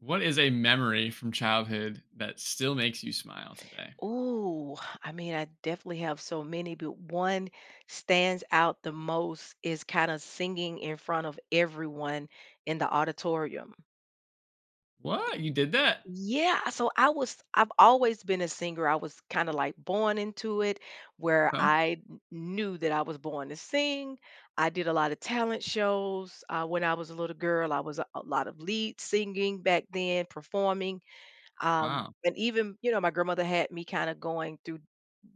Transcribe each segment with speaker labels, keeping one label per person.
Speaker 1: What is a memory from childhood that still makes you smile today?
Speaker 2: Ooh, I definitely have so many, but one stands out the most is kind of singing in front of everyone in the auditorium.
Speaker 1: What? You did that?
Speaker 2: Yeah, so I've always been a singer. I was kind of like born into it where
Speaker 1: Okay.
Speaker 2: I knew that I was born to sing. I did a lot of talent shows when I was a little girl. I was a lot of lead singing back then, performing. Um,
Speaker 1: Wow.
Speaker 2: and even, you know, my grandmother had me kind of going through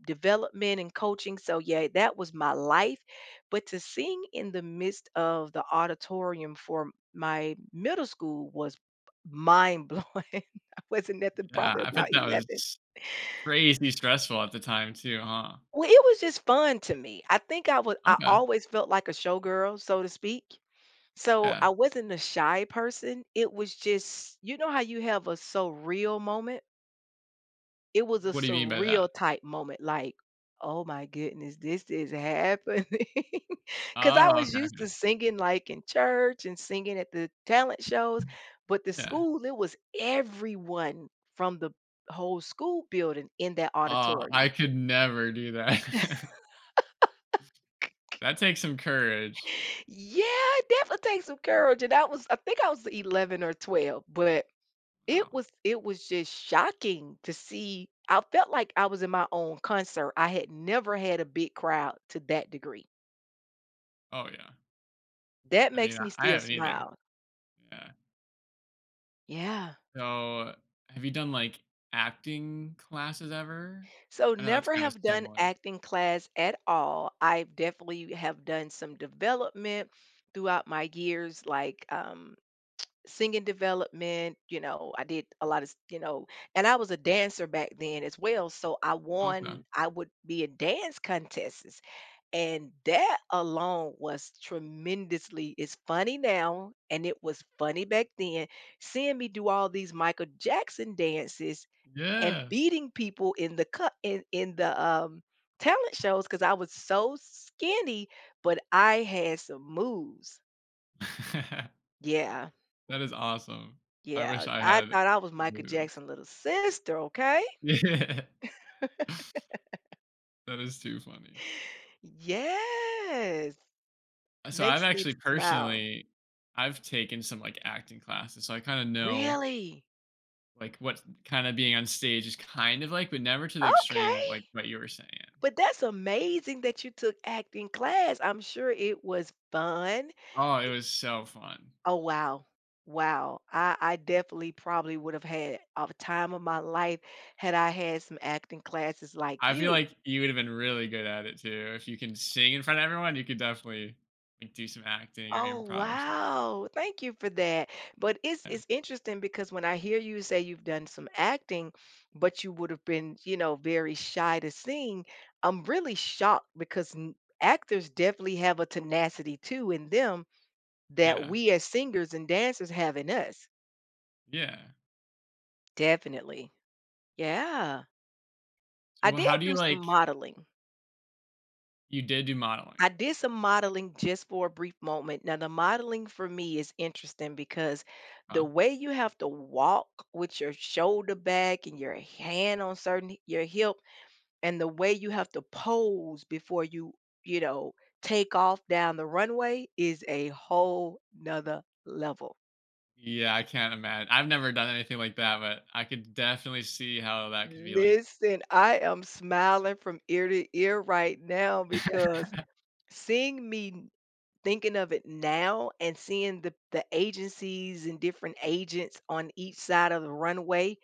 Speaker 2: development and coaching. So, yeah, that was my life. But to sing in the midst of the auditorium for my middle school was mind blowing. I wasn't nothing,
Speaker 1: Yeah.
Speaker 2: probably
Speaker 1: I bet
Speaker 2: about
Speaker 1: that
Speaker 2: 11.
Speaker 1: was crazy stressful at the time too, huh?
Speaker 2: Well, it was just fun to me. I think I was, I
Speaker 1: Okay.
Speaker 2: always felt like a showgirl, so to speak. So
Speaker 1: Yeah.
Speaker 2: I wasn't a shy person. It was just, you know, how you have a so real moment? It was a
Speaker 1: What do you mean by that?
Speaker 2: surreal type moment, like, "Oh my goodness, this is happening," because I
Speaker 1: Oh,
Speaker 2: was
Speaker 1: okay.
Speaker 2: used to
Speaker 1: Okay.
Speaker 2: singing, like, in church and singing at the talent shows, but the
Speaker 1: Yeah.
Speaker 2: school, it was everyone from the whole school building in that
Speaker 1: Oh,
Speaker 2: auditorium.
Speaker 1: I could never do that. That takes some courage.
Speaker 2: Yeah, it definitely takes some courage, and I think I was 11 or 12, but It
Speaker 1: Wow.
Speaker 2: was it was just shocking to see. I felt like I was in my own concert. I had never had a big crowd to that degree.
Speaker 1: Oh yeah.
Speaker 2: That
Speaker 1: I mean,
Speaker 2: makes
Speaker 1: I
Speaker 2: me
Speaker 1: I
Speaker 2: still
Speaker 1: haven't either.
Speaker 2: smile.
Speaker 1: Yeah.
Speaker 2: Yeah.
Speaker 1: So, have you done like acting classes ever?
Speaker 2: So
Speaker 1: I know that's
Speaker 2: never
Speaker 1: kind of
Speaker 2: have done
Speaker 1: similar.
Speaker 2: acting class at all. I definitely have done some development throughout my years, like singing development. You know, I did a lot of, you know, and I was a dancer back then as well. So I
Speaker 1: Okay.
Speaker 2: won, I would be in dance contests. And that alone was tremendously — it's funny now, and it was funny back then, seeing me do all these Michael Jackson dances and
Speaker 1: Yeah.
Speaker 2: beating people in the cut in the talent shows because I was so skinny, but I had some moves. Yeah,
Speaker 1: That is awesome. I wish
Speaker 2: yeah.
Speaker 1: I
Speaker 2: I
Speaker 1: had
Speaker 2: thought I was Michael
Speaker 1: moved.
Speaker 2: Jackson little sister, okay?
Speaker 1: Yeah. That is too funny.
Speaker 2: Yes.
Speaker 1: So I've
Speaker 2: Makes me
Speaker 1: actually
Speaker 2: smile.
Speaker 1: personally I've taken some, like, acting classes, so I kinda know,
Speaker 2: Really?
Speaker 1: like, what kinda being on stage is kind of like, but never to the extreme
Speaker 2: Okay.
Speaker 1: like what you were saying.
Speaker 2: But that's amazing that you took acting class. I'm sure it was fun.
Speaker 1: Oh, it was so fun.
Speaker 2: Oh wow. Wow. I definitely probably would have had a time of my life had I had some acting classes like
Speaker 1: I feel
Speaker 2: you.
Speaker 1: like you would've been really good at it too. If you can sing in front of everyone, you could definitely, like, do some acting or
Speaker 2: Oh
Speaker 1: improv or something.
Speaker 2: wow. Thank you for that. But it's
Speaker 1: Yeah.
Speaker 2: it's interesting because when I hear you say you've done some acting, but you would have been, you know, very shy to sing, I'm really shocked because actors definitely have a tenacity too in them that
Speaker 1: Yeah.
Speaker 2: we as singers and dancers have in us.
Speaker 1: Yeah.
Speaker 2: Definitely. Yeah.
Speaker 1: So
Speaker 2: I
Speaker 1: well,
Speaker 2: did
Speaker 1: how do you
Speaker 2: do some
Speaker 1: like
Speaker 2: modeling.
Speaker 1: you did do modeling.
Speaker 2: I did some modeling just for a brief moment. Now, the modeling for me is interesting because
Speaker 1: Huh.
Speaker 2: the way you have to walk with your shoulder back and your hand on certain your hip, and the way you have to pose before you, you know, take off down the runway is a whole nother level.
Speaker 1: Yeah, I can't imagine. I've never done anything like that, but I could definitely see how that could be like.
Speaker 2: Listen, I am smiling from ear to ear right now because seeing me thinking of it now and seeing the agencies and different agents on each side of the runway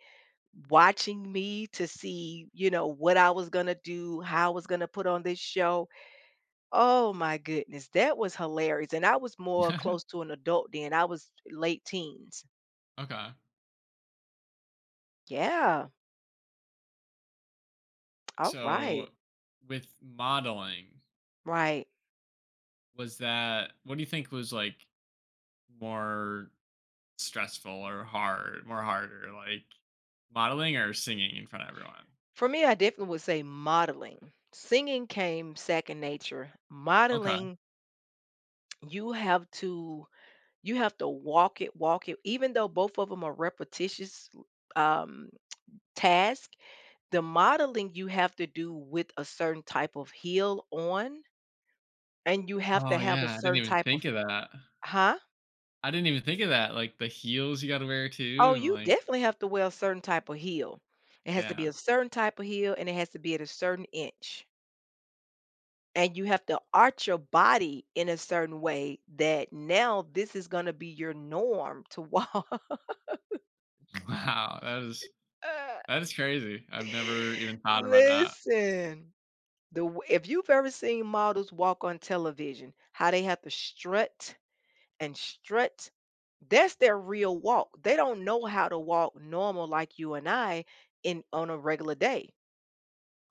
Speaker 2: watching me to see, you know, what I was going to do, how I was going to put on this show. Oh my goodness, that was hilarious. And I was more close to an adult then. I was late teens.
Speaker 1: Okay.
Speaker 2: Yeah. All
Speaker 1: So
Speaker 2: right.
Speaker 1: with modeling,
Speaker 2: Right.
Speaker 1: was that what do you think was like more stressful or hard, more harder, like modeling or singing in front of everyone?
Speaker 2: For me, I definitely would say modeling. Singing came second nature.
Speaker 1: Okay.
Speaker 2: Modeling, you have to you have to walk it, walk it. Even though both of them are repetitious um task, the modeling you have to do with a certain type of heel on, and you have to
Speaker 1: Oh
Speaker 2: have a
Speaker 1: yeah, I didn't
Speaker 2: certain
Speaker 1: even
Speaker 2: type
Speaker 1: think
Speaker 2: of —
Speaker 1: of that.
Speaker 2: huh?
Speaker 1: I didn't even think of that. Like the heels you got to wear too,
Speaker 2: Oh,
Speaker 1: and
Speaker 2: you
Speaker 1: like
Speaker 2: definitely have to wear a certain type of heel. It has to be
Speaker 1: yeah,
Speaker 2: a certain type of heel and it has to be at a certain inch, and you have to arch your body in a certain way that now this is going to be your norm to walk.
Speaker 1: wow, that is crazy. I've never even thought about that.
Speaker 2: Listen, if you've ever seen models walk on television, how they have to strut and strut, that's their real walk. They don't know how to walk normal like you and I in on a regular day.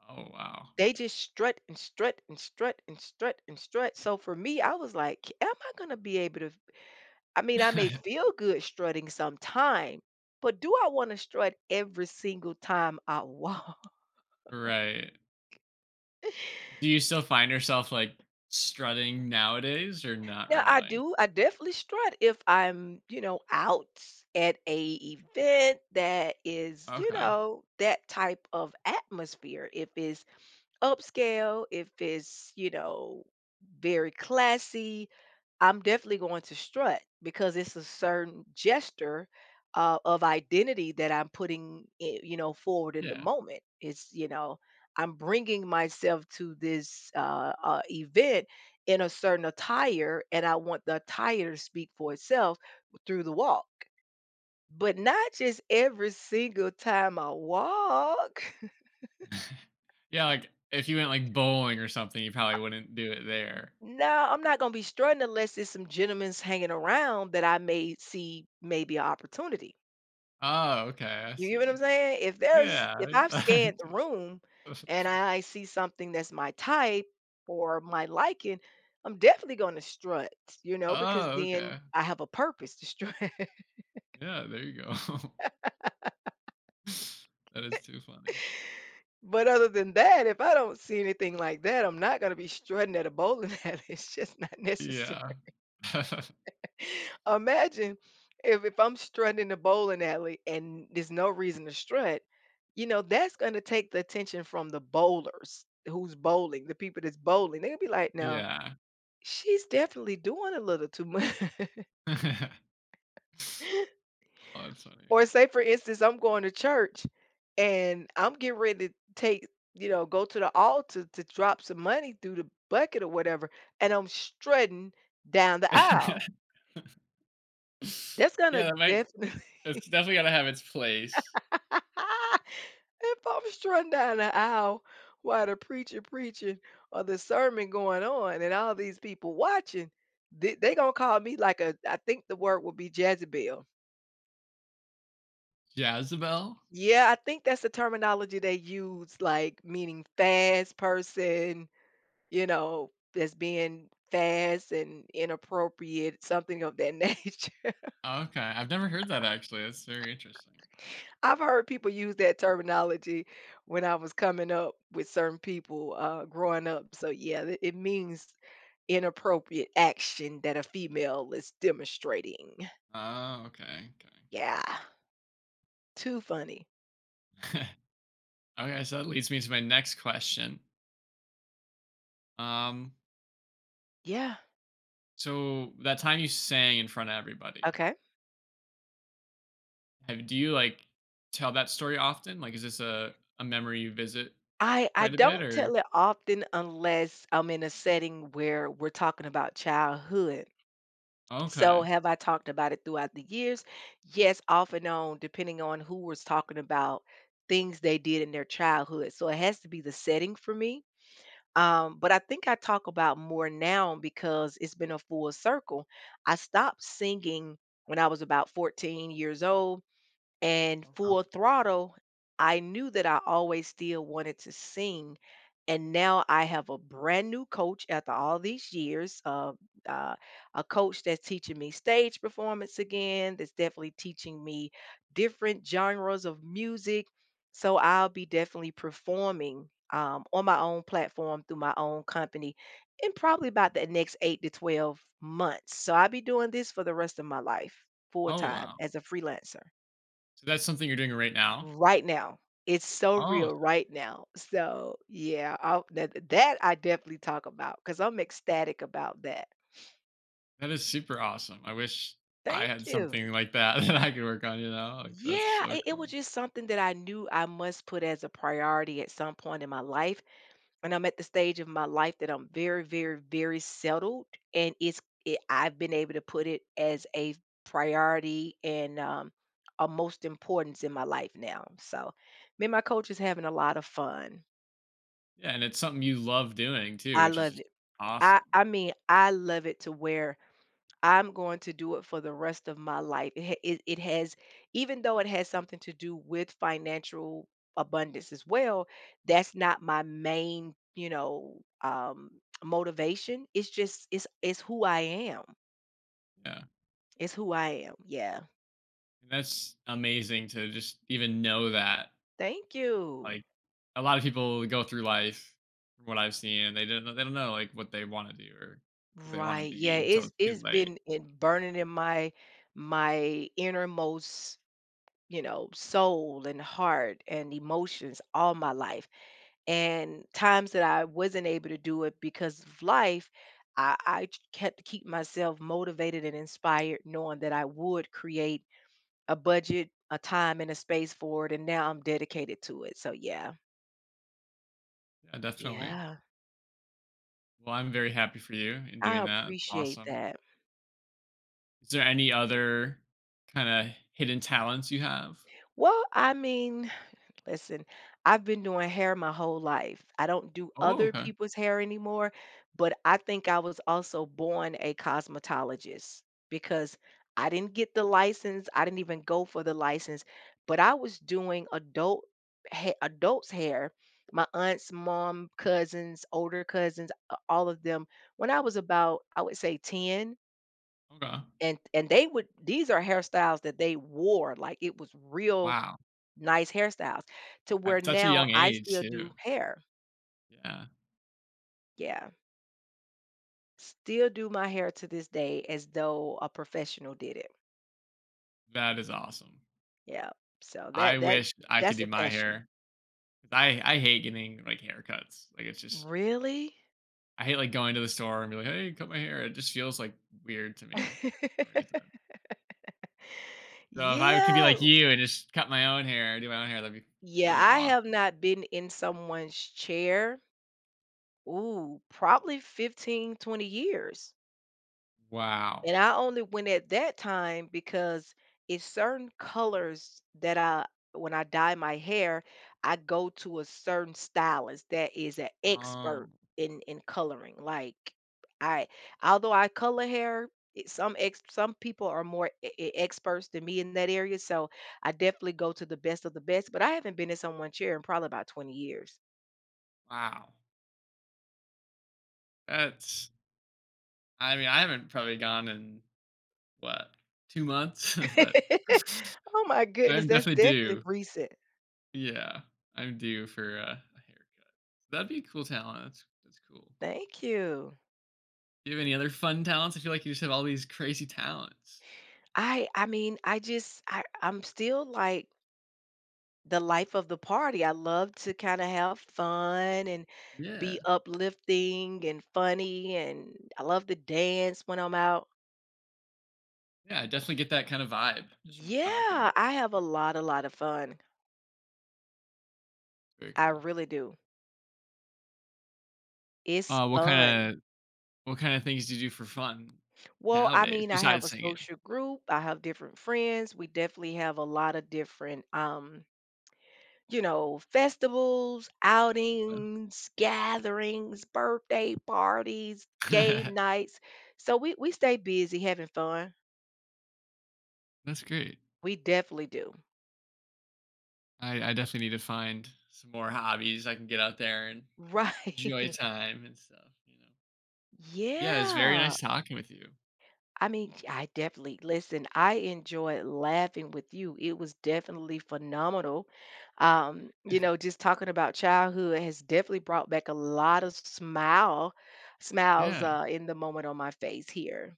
Speaker 1: Oh, wow.
Speaker 2: They just strut and strut and strut and strut and strut. So for me, I was like, am I going to be able to — I mean, I may feel good strutting sometime, but do I want to strut every single time I walk?
Speaker 1: Right. Do you still find yourself, like, strutting nowadays or not
Speaker 2: Now, I
Speaker 1: really?
Speaker 2: do. I definitely strut if I'm, you know, out at a event that is, you
Speaker 1: Okay.
Speaker 2: know, that type of atmosphere. If it's upscale, if it's, you know, very classy, I'm definitely going to strut because it's a certain gesture of identity that I'm putting, you know, forward in the
Speaker 1: Yeah.
Speaker 2: moment. It's, you know, I'm bringing myself to this event in a certain attire, and I want the attire to speak for itself through the walk. But not just every single time I walk.
Speaker 1: Yeah, like, if you went, like, bowling or something, you probably wouldn't do it there.
Speaker 2: No, I'm not gonna be strutting unless there's some gentlemen's hanging around that I may see maybe an opportunity.
Speaker 1: Oh, okay, I
Speaker 2: You get what I'm
Speaker 1: see.
Speaker 2: saying?
Speaker 1: Yeah,
Speaker 2: If I've
Speaker 1: I
Speaker 2: scanned the
Speaker 1: see.
Speaker 2: room and I see something that's my type or my liking, I'm definitely gonna strut, you know, because
Speaker 1: Oh,
Speaker 2: then
Speaker 1: okay.
Speaker 2: I have a purpose to strut.
Speaker 1: Yeah, there you go. That is too funny.
Speaker 2: But other than that, if I don't see anything like that, I'm not gonna be strutting at a bowling alley. It's just not necessary.
Speaker 1: Yeah.
Speaker 2: Imagine if I'm strutting in the bowling alley and there's no reason to strut, you know, that's gonna take the attention from the bowlers who's bowling, the people that's bowling. They'll be like, now
Speaker 1: Yeah.
Speaker 2: she's definitely doing a little too much.
Speaker 1: Oh, that's funny.
Speaker 2: Or say for instance, I'm going to church and I'm getting ready to take, you know, go to the altar to drop some money through the bucket or whatever, and I'm strutting down the aisle. That's
Speaker 1: Yeah,
Speaker 2: gonna
Speaker 1: that might.
Speaker 2: definitely —
Speaker 1: It's definitely gotta have its place.
Speaker 2: if I'm strung down the aisle while the preacher preaching or the sermon going on and all these people watching, they gonna call me like a — I think the word would be Jezebel.
Speaker 1: Jezebel?
Speaker 2: Yeah, I think that's the terminology they use, like meaning fast person, you know, that's being fast and inappropriate, something of that nature.
Speaker 1: Okay, I've never heard that actually. That's very interesting.
Speaker 2: I've heard people use that terminology when I was coming up with certain people growing up. So, yeah, it means inappropriate action that a female is demonstrating.
Speaker 1: Oh, okay,
Speaker 2: Yeah, too funny.
Speaker 1: okay. Okay, so that leads me to my next question. Um,
Speaker 2: Yeah,
Speaker 1: so that time you sang in front of everybody,
Speaker 2: okay.
Speaker 1: have do you, like, tell that story often? Like, is this a memory you visit
Speaker 2: I
Speaker 1: quite a bit
Speaker 2: don't
Speaker 1: or
Speaker 2: tell it often unless I'm in a setting where we're talking about childhood. So,
Speaker 1: okay.
Speaker 2: have I talked about it throughout the years? Yes, off and on, depending on who was talking about things they did in their childhood. So, it has to be the setting for me. But I think I talk about more now because it's been a full circle. I stopped singing when I was about 14 years old and full
Speaker 1: Okay.
Speaker 2: throttle, I knew that I always still wanted to sing. And now I have a brand new coach after all these years of uh, a coach that's teaching me stage performance again, that's definitely teaching me different genres of music. So I'll be definitely performing on my own platform through my own company in probably about the next eight to 12 months. So I'll be doing this for the rest of my life, full
Speaker 1: Oh,
Speaker 2: time
Speaker 1: wow.
Speaker 2: as a freelancer.
Speaker 1: So that's something you're doing right now?
Speaker 2: Right now. It's so
Speaker 1: Oh,
Speaker 2: real right now. So, yeah, I that I definitely talk about because 'cause I'm ecstatic about that.
Speaker 1: that is super awesome. I wish I
Speaker 2: Thank
Speaker 1: had
Speaker 2: you.
Speaker 1: something like that that I could work on, you know? Like, that's
Speaker 2: Yeah,
Speaker 1: so
Speaker 2: it was
Speaker 1: cool.
Speaker 2: just something that I knew I must put as a priority at some point in my life, and I'm at the stage of my life that I'm very, very, very settled, and it I've been able to put it as a priority and, a most importance in my life now. So, me and my coach is having a lot of fun.
Speaker 1: Yeah, and it's something you love doing too,
Speaker 2: I
Speaker 1: which is
Speaker 2: love
Speaker 1: just
Speaker 2: it. I
Speaker 1: awesome.
Speaker 2: I mean, I love it to where I'm going to do it for the rest of my life. It has, even though it has something to do with financial abundance as well, that's not my main, you know, motivation. It's who I am.
Speaker 1: Yeah.
Speaker 2: It's who I am. Yeah.
Speaker 1: And that's amazing to just even know that.
Speaker 2: Thank
Speaker 1: Like,
Speaker 2: you.
Speaker 1: a lot of people go through life, from what I've seen, and they don't know like what they want to do or who they want to
Speaker 2: Right. Yeah.
Speaker 1: be until
Speaker 2: It's
Speaker 1: it's too
Speaker 2: it's
Speaker 1: late.
Speaker 2: been in burning in my innermost, you know, soul and heart and emotions all my life. And times that I wasn't able to do it because of life, I kept to keep myself motivated and inspired, knowing that I would create a budget, a time, and a space for it. And now I'm dedicated to it. So, yeah,
Speaker 1: Yeah, definitely.
Speaker 2: yeah,
Speaker 1: Well, I'm very happy for you in
Speaker 2: I
Speaker 1: doing that. That's
Speaker 2: appreciate
Speaker 1: awesome.
Speaker 2: that.
Speaker 1: Is there any other kind of hidden talents you have?
Speaker 2: Well, I mean, listen, I've been doing hair my whole life. I don't do
Speaker 1: Oh,
Speaker 2: other
Speaker 1: okay.
Speaker 2: people's hair anymore, but I think I was also born a cosmetologist because I didn't get the license. I didn't even go for the license, but I was doing adult adults hair. My aunt's mom, cousins, older cousins, all of them when I was about — I would say 10 —
Speaker 1: Okay.
Speaker 2: and they would — these are hairstyles that they wore like it was real
Speaker 1: Wow.
Speaker 2: nice hairstyles to
Speaker 1: At
Speaker 2: where
Speaker 1: such a
Speaker 2: now
Speaker 1: young
Speaker 2: I
Speaker 1: age
Speaker 2: still do
Speaker 1: too.
Speaker 2: hair.
Speaker 1: Yeah.
Speaker 2: Yeah. Still do my hair to this day as though a professional did it.
Speaker 1: That is awesome.
Speaker 2: Yeah. So
Speaker 1: I wish I could
Speaker 2: that's
Speaker 1: do
Speaker 2: a
Speaker 1: my
Speaker 2: passion.
Speaker 1: hair. 'Cause I hate getting like haircuts. Like it's just
Speaker 2: Really?
Speaker 1: I hate like going to the store and be like, "Hey, cut my hair." It just feels like weird to me for some reason. So if I could be
Speaker 2: Yeah.
Speaker 1: like you and just cut my own hair, do my own hair, that'd be
Speaker 2: Yeah,
Speaker 1: that'd be
Speaker 2: I
Speaker 1: awesome.
Speaker 2: have not been in someone's chair, ooh, probably 15-20 years.
Speaker 1: Wow.
Speaker 2: And I only went at that time because it's certain colors that I — when I dye my hair, I go to a certain stylist that is an
Speaker 1: Oh,
Speaker 2: expert in coloring. Like I although I color hair, some people are more experts than me in that area, so I definitely go to the best of the best, but I haven't been in someone's chair in probably about 20 years.
Speaker 1: wow. That's I mean, I haven't probably gone in what, 2 months, but
Speaker 2: Oh my
Speaker 1: I
Speaker 2: goodness,
Speaker 1: am
Speaker 2: that's
Speaker 1: definitely
Speaker 2: definitely
Speaker 1: due.
Speaker 2: recent.
Speaker 1: Yeah, I'm due for a haircut. So that'd be a cool talent. That's cool.
Speaker 2: Thank you.
Speaker 1: Do you have any other fun talents? I feel like you just have all these crazy talents.
Speaker 2: I mean, I just I I'm still like the life of the party. I love to kind of have fun and
Speaker 1: Yeah,
Speaker 2: be uplifting and funny, and I love to dance when I'm out.
Speaker 1: yeah, I definitely get that kind of vibe just from talking.
Speaker 2: Yeah, I have a lot of fun.
Speaker 1: Very
Speaker 2: I
Speaker 1: cool.
Speaker 2: really do. It's
Speaker 1: Uh, what
Speaker 2: fun.
Speaker 1: kind of what kind of things do you do for fun
Speaker 2: Well, I
Speaker 1: nowadays
Speaker 2: mean, I have
Speaker 1: besides
Speaker 2: a
Speaker 1: singing?
Speaker 2: social group. I have different friends. We definitely have a lot of different you know, festivals,
Speaker 1: Well,
Speaker 2: outings, gatherings, birthday parties, game nights. So we stay busy having fun.
Speaker 1: that's great.
Speaker 2: We definitely do.
Speaker 1: I definitely need to find some more hobbies I can get out there and enjoy
Speaker 2: Right.
Speaker 1: time and stuff. You know. Yeah, it's very
Speaker 2: Yeah.
Speaker 1: nice talking with you.
Speaker 2: I mean, I definitely listen, I enjoyed laughing with you. It was definitely phenomenal. Just talking about childhood has definitely brought back a lot of smiles
Speaker 1: Yeah.
Speaker 2: in the moment on my face here.